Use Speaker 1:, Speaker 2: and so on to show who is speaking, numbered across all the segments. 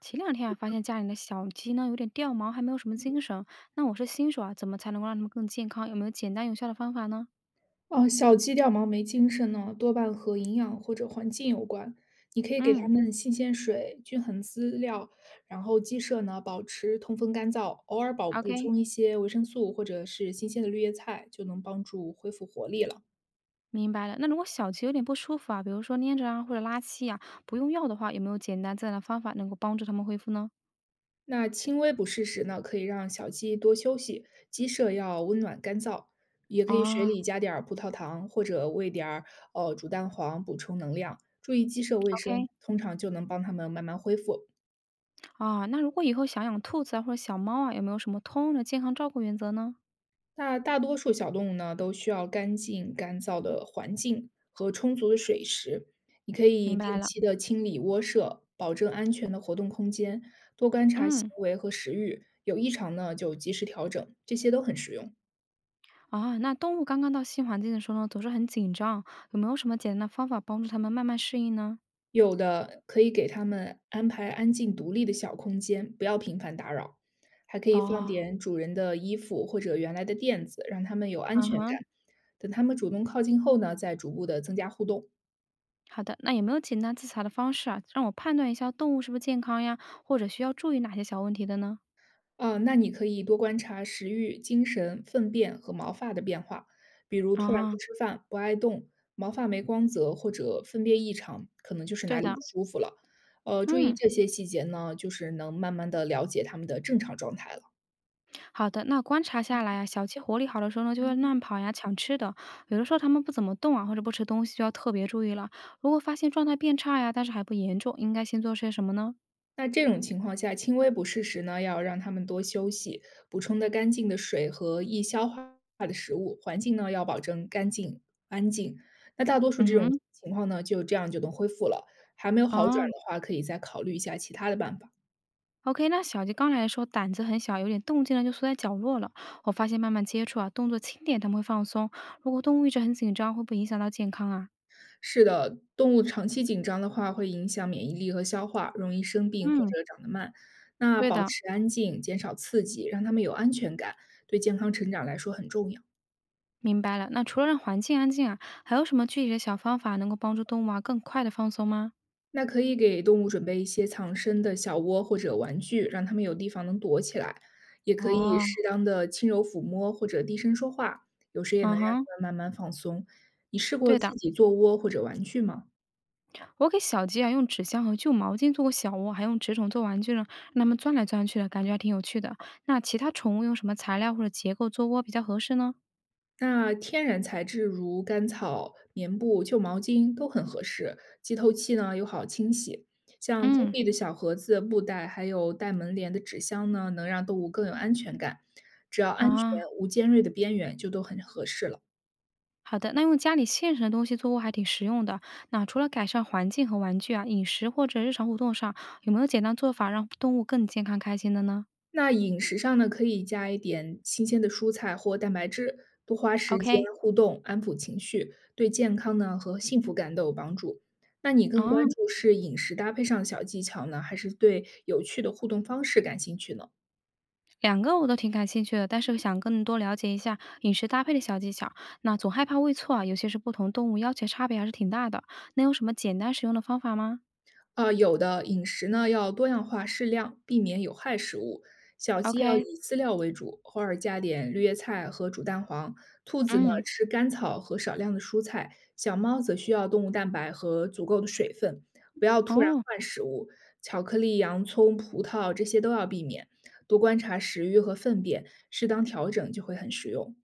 Speaker 1: 前两天啊，发现家里的小鸡呢有点掉毛，还没有什么精神。那我是新手啊，怎么才能够让它们更健康？有没有简单有效的方法呢？
Speaker 2: 哦，小鸡掉毛没精神呢，多半和营养或者环境有关。你可以给它
Speaker 1: 嗯，
Speaker 2: 们新鲜水、均衡饲料，然后鸡舍呢保持通风干燥，偶尔保补
Speaker 1: OK，
Speaker 2: 充一些维生素或者是新鲜的绿叶菜，就能帮助恢复活力了。
Speaker 1: 明白了。那如果小鸡有点不舒服啊，比如说粘着啊或者拉稀啊，不用药的话，有没有简单自然的方法能够帮助它们恢复呢？
Speaker 2: 那轻微不适时呢，可以让小鸡多休息，鸡舍要温暖干燥，也可以水
Speaker 1: 啊
Speaker 2: 里加点儿葡萄糖或者喂点儿煮蛋黄补充能量，注意鸡舍卫生，
Speaker 1: ，OK，
Speaker 2: 通常就能帮它们慢慢恢复。
Speaker 1: 啊，那如果以后想养兔子啊或者小猫啊，有没有什么通用的健康照顾原则呢？
Speaker 2: 那大多数小动物呢，都需要干净、干燥的环境和充足的水池。你可
Speaker 1: 明
Speaker 2: 以
Speaker 1: 白
Speaker 2: 定
Speaker 1: 了，
Speaker 2: 期的清理窝舍，保证安全的活动空间，多观察行
Speaker 1: 嗯，
Speaker 2: 为和食欲，有异常呢就及时调整，这些都很实用。
Speaker 1: 啊，那动物刚刚到新环境的时候呢，总是很紧张，有没有什么简单的方法帮助它们慢慢适应呢？
Speaker 2: 有的可以给它们安排安静独立的小空间，不要频繁打扰，还可以放
Speaker 1: 哦，
Speaker 2: 点主人的衣服或者原来的垫子，让它们有安
Speaker 1: 嗯
Speaker 2: 全
Speaker 1: 哼，
Speaker 2: 感。等它们主动靠近后呢，再逐步的增加互动。
Speaker 1: 好的。那有没有简单自查的方式啊，让我判断一下动物是不是健康呀，或者需要注意哪些小问题的呢？
Speaker 2: 那你可以多观察食欲、精神、粪便和毛发的变化，比如突然
Speaker 1: 啊，
Speaker 2: 不吃饭、不爱动、毛发没光泽或者粪便异常，可能就是
Speaker 1: 对
Speaker 2: 哪里
Speaker 1: 的，
Speaker 2: 不舒服了。注意
Speaker 1: 嗯，
Speaker 2: 这些细节呢，就是能慢慢的了解他们的正常状态了。
Speaker 1: 好的。那观察下来啊，小鸡活力好的时候呢，就会乱跑呀，抢吃的；有的时候它们不怎么动啊，或者不吃东西，就要特别注意了。如果发现状态变差呀，但是还不严重，应该先做些什么呢？
Speaker 2: 那这种情况下，轻微不适时呢，要让他们多休息，补充的干净的水和易消化的食物，环境呢要保证干净安静。那大多数
Speaker 1: 嗯
Speaker 2: 这种
Speaker 1: 哼，
Speaker 2: 情况呢，就这样就能恢复了。还没有好
Speaker 1: 啊
Speaker 2: 转的话，可以再考虑一下其他的办法。
Speaker 1: OK，那小鸡刚来的时候胆子很小，有点动静呢就缩在角落了。我发现慢慢接触啊，动作轻点，它们会放松。如果动物一直很紧张，会不会影响到健康啊？
Speaker 2: 是的，动物长期紧张的话，会影响免疫力和消化，容易生病或
Speaker 1: 嗯，
Speaker 2: 者长得慢。那
Speaker 1: 对
Speaker 2: 保
Speaker 1: 的，
Speaker 2: 持安静，减少刺激，让它们有安全感，对健康成长来说很重要。
Speaker 1: 明白了。那除了让环境安静啊，还有什么具体的小方法能够帮助动物啊更快的放松吗？
Speaker 2: 那可以给动物准备一些藏身的小窝或者玩具，让它们有地方能躲起来。也可以
Speaker 1: 哦，
Speaker 2: 适当的轻柔抚摸或者低声说话，有时也能
Speaker 1: 嗯
Speaker 2: 让
Speaker 1: 哼，
Speaker 2: 它们慢慢放松。你试过
Speaker 1: 对的，
Speaker 2: 自己做窝或者玩具吗？
Speaker 1: 我给小鸡啊用纸箱和旧毛巾做过小窝，还用纸筒做玩具呢，让它们钻来钻去的，感觉还挺有趣的。那其他宠物用什么材料或者结构做窝比较合适呢？
Speaker 2: 那天然材质如干草、棉布、旧毛巾都很合适，既透气呢又好清洗。像封
Speaker 1: 嗯，
Speaker 2: 闭的小盒子、布袋，还有带门帘的纸箱呢，能让动物更有安全感。只要安全，
Speaker 1: 啊，
Speaker 2: 无尖锐的边缘，就都很合适了。
Speaker 1: 好的，那用家里现成的东西做窝还挺实用的。那除了改善环境和玩具啊，饮食或者日常活动上，有没有简单做法让动物更健康开心的呢
Speaker 2: 那饮食上呢，可以加一点新鲜的蔬菜或蛋白质，多花时间
Speaker 1: ？OK，
Speaker 2: 互动，安抚情绪，对健康呢和幸福感都有帮助。那你更
Speaker 1: 啊，
Speaker 2: 关注是饮食搭配上的小技巧呢，还是对有趣的互动方式感兴趣呢？
Speaker 1: 两个我都挺感兴趣的，但是想更多了解一下饮食搭配的小技巧。那总害怕喂错啊，尤其是不同动物要求差别还是挺大的。能有什么简单实用的方法吗
Speaker 2: 啊，有的饮食呢要多样化适量，避免有害食物。小鸡要以
Speaker 1: ？OK，
Speaker 2: 饲料为主，偶尔加点绿叶菜和煮蛋黄。兔子呢
Speaker 1: 嗯，
Speaker 2: 吃干草和少量的蔬菜，小猫则需要动物蛋白和足够的水分。不要突然
Speaker 1: 哦，
Speaker 2: 换食物，巧克力、洋葱、葡萄这些都要避免。多观察食欲和粪便，适当调整就会很实用。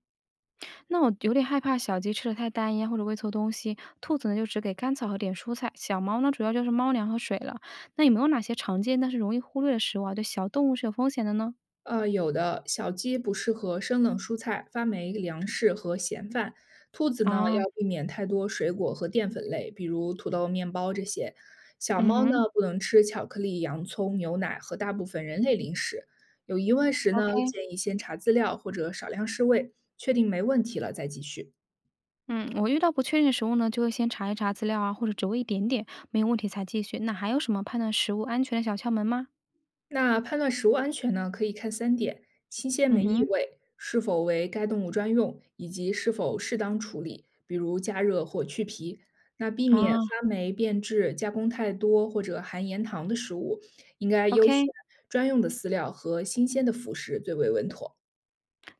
Speaker 1: 那我有点害怕小鸡吃的太单一啊或者喂错东西，兔子呢就只给干草和点蔬菜，小猫呢主要就是猫粮和水了。那有没有哪些常见但是容易忽略的食物啊，对小动物是有风险的呢？
Speaker 2: 有的小鸡不适合生冷蔬菜、发霉粮食和咸饭。兔子呢，
Speaker 1: 啊，
Speaker 2: 要避免太多水果和淀粉类，比如土豆、面包这些。小
Speaker 1: 嗯
Speaker 2: 猫呢，
Speaker 1: 哼
Speaker 2: 不能吃巧克力、洋葱、牛奶和大部分人类零食。有疑问时呢，
Speaker 1: ，OK。
Speaker 2: 建议先查资料或者少量试喂，确定没问题了再继续。
Speaker 1: 嗯，我遇到不确定的食物呢，就会先查一查资料啊，或者只喂一点点，没有问题才继续。那还有什么判断食物安全的小窍门吗？
Speaker 2: 那判断食物安全呢，可以看3点：新鲜
Speaker 1: 嗯
Speaker 2: 没异
Speaker 1: 哼，
Speaker 2: 味，是否为该动物专用，以及是否适当处理，比如加热或去皮。那避免
Speaker 1: 啊
Speaker 2: 发霉、变质、加工太多或者含盐糖的食物，应该优
Speaker 1: ，OK，
Speaker 2: 选专用的饲料和新鲜的辅食最为稳妥。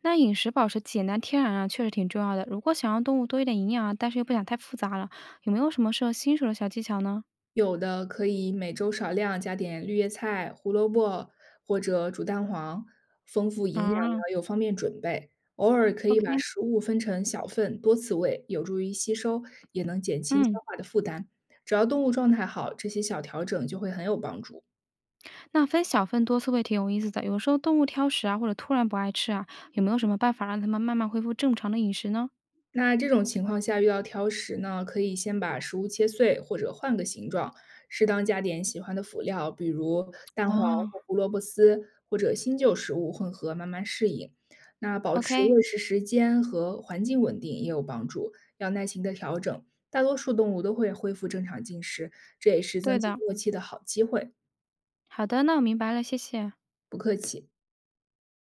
Speaker 1: 那饮食保持简单天然啊，确实挺重要的。如果想让动物多一点营养啊，但是又不想太复杂了，有没有什么适合新手的小技巧呢？
Speaker 2: 有的可以每周少量加点绿叶菜、胡萝卜或者煮蛋黄，丰富营养
Speaker 1: 啊
Speaker 2: 呢又方便准备。偶尔可以把
Speaker 1: ，OK，
Speaker 2: 食物分成小份，多次喂，有助于吸收，也能减轻消
Speaker 1: 嗯，
Speaker 2: 化的负担。只要动物状态好，这些小调整就会很有帮助。
Speaker 1: 那分小份多次喂挺有意思的。有时候动物挑食啊，或者突然不爱吃啊，有没有什么办法让它们慢慢恢复正常的饮食呢？
Speaker 2: 那这种情况下遇到挑食呢，可以先把食物切碎或者换个形状，适当加点喜欢的辅料，比如蛋黄或
Speaker 1: 啊
Speaker 2: 胡萝卜丝，或者新旧食物混合，慢慢适应。那保持
Speaker 1: ，OK，
Speaker 2: 喂食时间和环境稳定也有帮助，要耐心的调整。大多数动物都会恢复正常进食，这也是
Speaker 1: 对
Speaker 2: 增进
Speaker 1: 的，
Speaker 2: 默契的好机会。
Speaker 1: 好的，那我明白了，谢谢。